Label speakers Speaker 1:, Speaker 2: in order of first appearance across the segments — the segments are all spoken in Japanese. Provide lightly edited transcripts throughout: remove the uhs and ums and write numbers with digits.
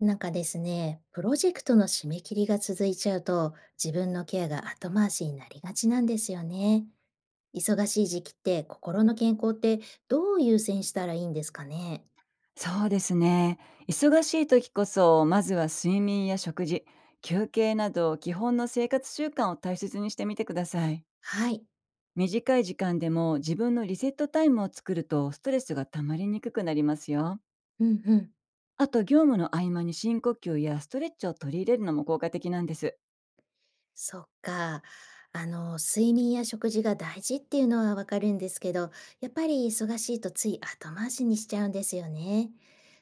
Speaker 1: なんかですね、プロジェクトの締め切りが続いちゃうと、自分のケアが後回しになりがちなんですよね。忙しい時期って心の健康ってどう優先したらいいんですかね？
Speaker 2: そうですね。忙しい時こそ、まずは睡眠や食事、休憩など基本の生活習慣を大切にしてみてください。
Speaker 1: はい。
Speaker 2: 短い時間でも自分のリセットタイムを作ると、ストレスが溜まりにくくなりますよ。
Speaker 1: うんうん。
Speaker 2: あと、業務の合間に深呼吸やストレッチを取り入れるのも効果的なんです。
Speaker 1: そっか。あの、睡眠や食事が大事っていうのはわかるんですけど、やっぱり忙しいとつい後回しにしちゃうんですよね。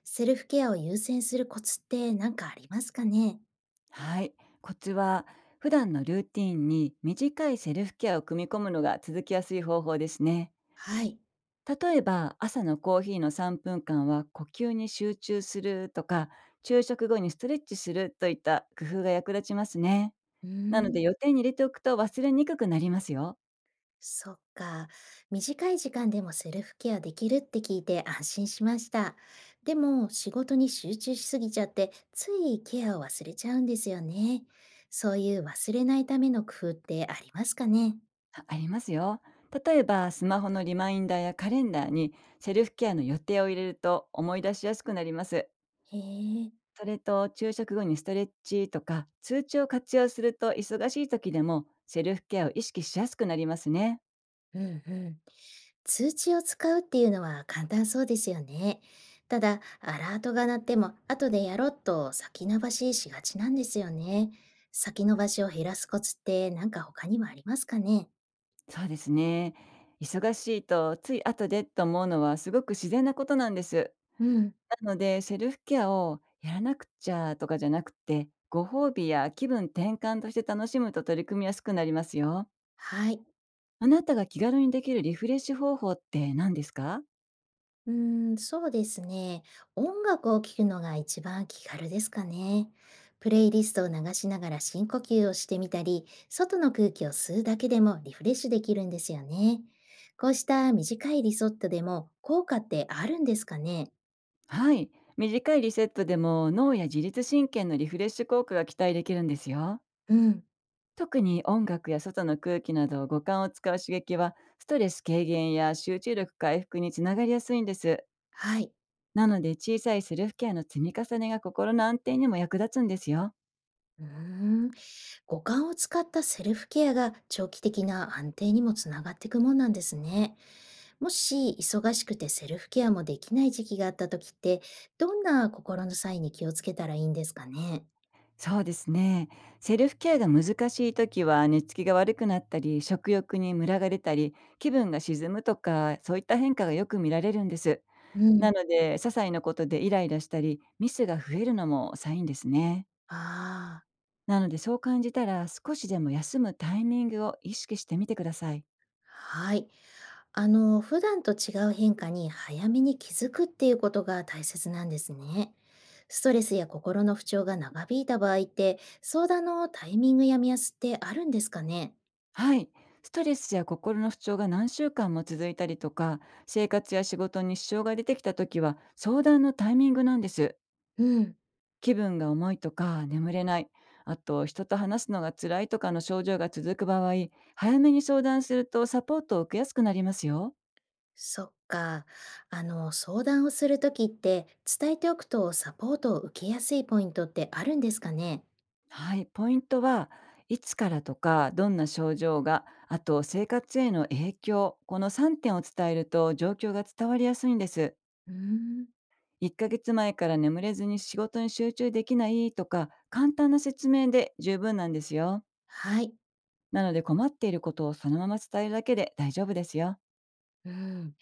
Speaker 1: セルフケアを優先するコツって何かありますかね？
Speaker 2: はい。コツは、普段のルーティンに短いセルフケアを組み込むのが続きやすい方法ですね。
Speaker 1: はい。
Speaker 2: 例えば、朝のコーヒーの3分間は呼吸に集中するとか、昼食後にストレッチするといった工夫が役立ちますね。
Speaker 1: うー
Speaker 2: なので、
Speaker 1: ん。
Speaker 2: 予定に入れておくと忘れにくくなりますよ。
Speaker 1: そっか。短い時間でもセルフケアできるって聞いて安心しました。でも仕事に集中しすぎちゃってついケアを忘れちゃうんですよね。そういう忘れないための工夫ってありますかね？
Speaker 2: ありますよ。例えば、スマホのリマインダーやカレンダーにセルフケアの予定を入れると思い出しやすくなります。
Speaker 1: へえ。
Speaker 2: それと、昼食後にストレッチとか通知を活用すると、忙しい時でもセルフケアを意識しやすくなりますね。
Speaker 1: うんうん。通知を使うっていうのは簡単そうですよね。ただ、アラートが鳴っても後でやろうと先延ばししがちなんですよね。先延ばしを減らすコツって何か他にもありますかね？
Speaker 2: そうですね。忙しいと、つい後でと思うのはすごく自然なことなんです。
Speaker 1: うん。
Speaker 2: なので、セルフケアをやらなくちゃとかじゃなくて、ご褒美や気分転換として楽しむと取り組みやすくなりますよ。
Speaker 1: はい。
Speaker 2: あなたが気軽にできるリフレッシュ方法って何ですか？
Speaker 1: うーん、そうですね。音楽を聴くのが一番気軽ですかね。プレイリストを流しながら深呼吸をしてみたり、外の空気を吸うだけでもリフレッシュできるんですよね。こうした短いリゾットでも効果ってあるんですかね？
Speaker 2: はい。短いリセットでも脳や自律神経のリフレッシュ効果が期待できるんですよ。
Speaker 1: うん。
Speaker 2: 特に音楽や外の空気など五感を使う刺激は、ストレス軽減や集中力回復につながりやすいんです。
Speaker 1: はい。
Speaker 2: なので、小さいセルフケアの積み重ねが心の安定にも役立つんですよ。
Speaker 1: うーん。五感を使ったセルフケアが長期的な安定にもつながっていくもんなんですね。もし忙しくてセルフケアもできない時期があった時って、どんな心のサインに気をつけたらいいんですかね？
Speaker 2: そうですね。セルフケアが難しい時は、寝つきが悪くなったり、食欲にムラが出たり、気分が沈むとか、そういった変化がよく見られるんです。
Speaker 1: う
Speaker 2: な
Speaker 1: ん。
Speaker 2: ので、些細なことでイライラしたり、ミスが増えるのもサインですね。
Speaker 1: ああ、
Speaker 2: なので、そう感じたら少しでも休むタイミングを意識してみてください。
Speaker 1: はい。あの、普段と違う変化に早めに気づくっていうことが大切なんですね。ストレスや心の不調が長引いた場合って、相談のタイミングや目安ってあるんですかね？
Speaker 2: はい。ストレスや心の不調が何週間も続いたりとか、生活や仕事に支障が出てきた時は、相談のタイミングなんです。
Speaker 1: うん。
Speaker 2: 気分が重いとか、眠れない、あと人と話すのが辛いとかの症状が続く場合、早めに相談するとサポートを受けやすくなりますよ。
Speaker 1: そっか。あの、相談をするときって、伝えておくとサポートを受けやすいポイントってあるんですかね？
Speaker 2: はい。ポイントは、いつからとか、どんな症状が、あと生活への影響、この3点を伝えると状況が伝わりやすいんです。
Speaker 1: うーん、
Speaker 2: 1ヶ月前から眠れずに仕事に集中できないとか、簡単な説明で十分なんですよ。
Speaker 1: はい。
Speaker 2: なので、困っていることをそのまま伝えるだけで大丈夫ですよ。
Speaker 1: うん。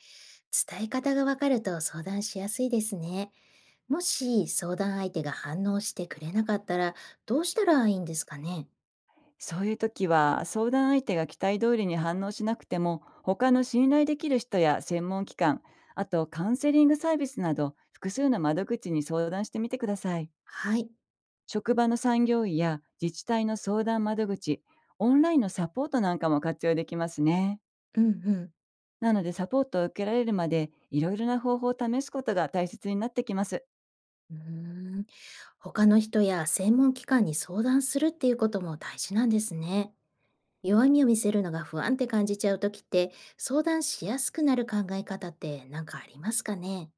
Speaker 1: 伝え方がわかると相談しやすいですね。もし相談相手が反応してくれなかったら、どうしたらいいんですかね？
Speaker 2: そういう時は、相談相手が期待通りに反応しなくても、他の信頼できる人や専門機関、あとカウンセリングサービスなど複数の窓口に相談してみてください。
Speaker 1: はい、
Speaker 2: 職場の産業医や自治体の相談窓口、オンラインのサポートなんかも活用できますね。
Speaker 1: うんうん。
Speaker 2: なので、サポートを受けられるまでいろいろな方法を試すことが大切になってきます。
Speaker 1: うーん。他の人や専門機関に相談するっていうことも大事なんですね。弱みを見せるのが不安って感じちゃうときって、相談しやすくなる考え方って何かありますかね？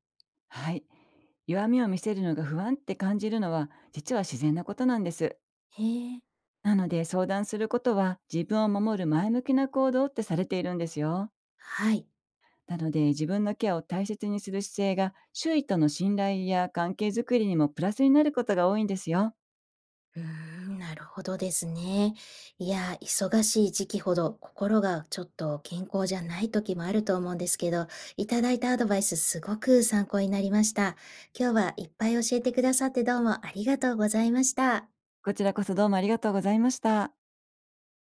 Speaker 2: はい。弱みを見せるのが不安って感じるのは、実は自然なことなんです。
Speaker 1: へえ、
Speaker 2: なので、相談することは自分を守る前向きな行動ってされているんですよ。
Speaker 1: はい。
Speaker 2: なので、自分のケアを大切にする姿勢が周囲との信頼や関係づくりにもプラスになることが多いんですよ。
Speaker 1: うーん、なるほどですね。いや、忙しい時期ほど心がちょっと健康じゃない時もあると思うんですけど、いただいたアドバイスすごく参考になりました。今日はいっぱい教えてくださってどうもありがとうございました。
Speaker 2: こちらこそ、どうもありがとうございました。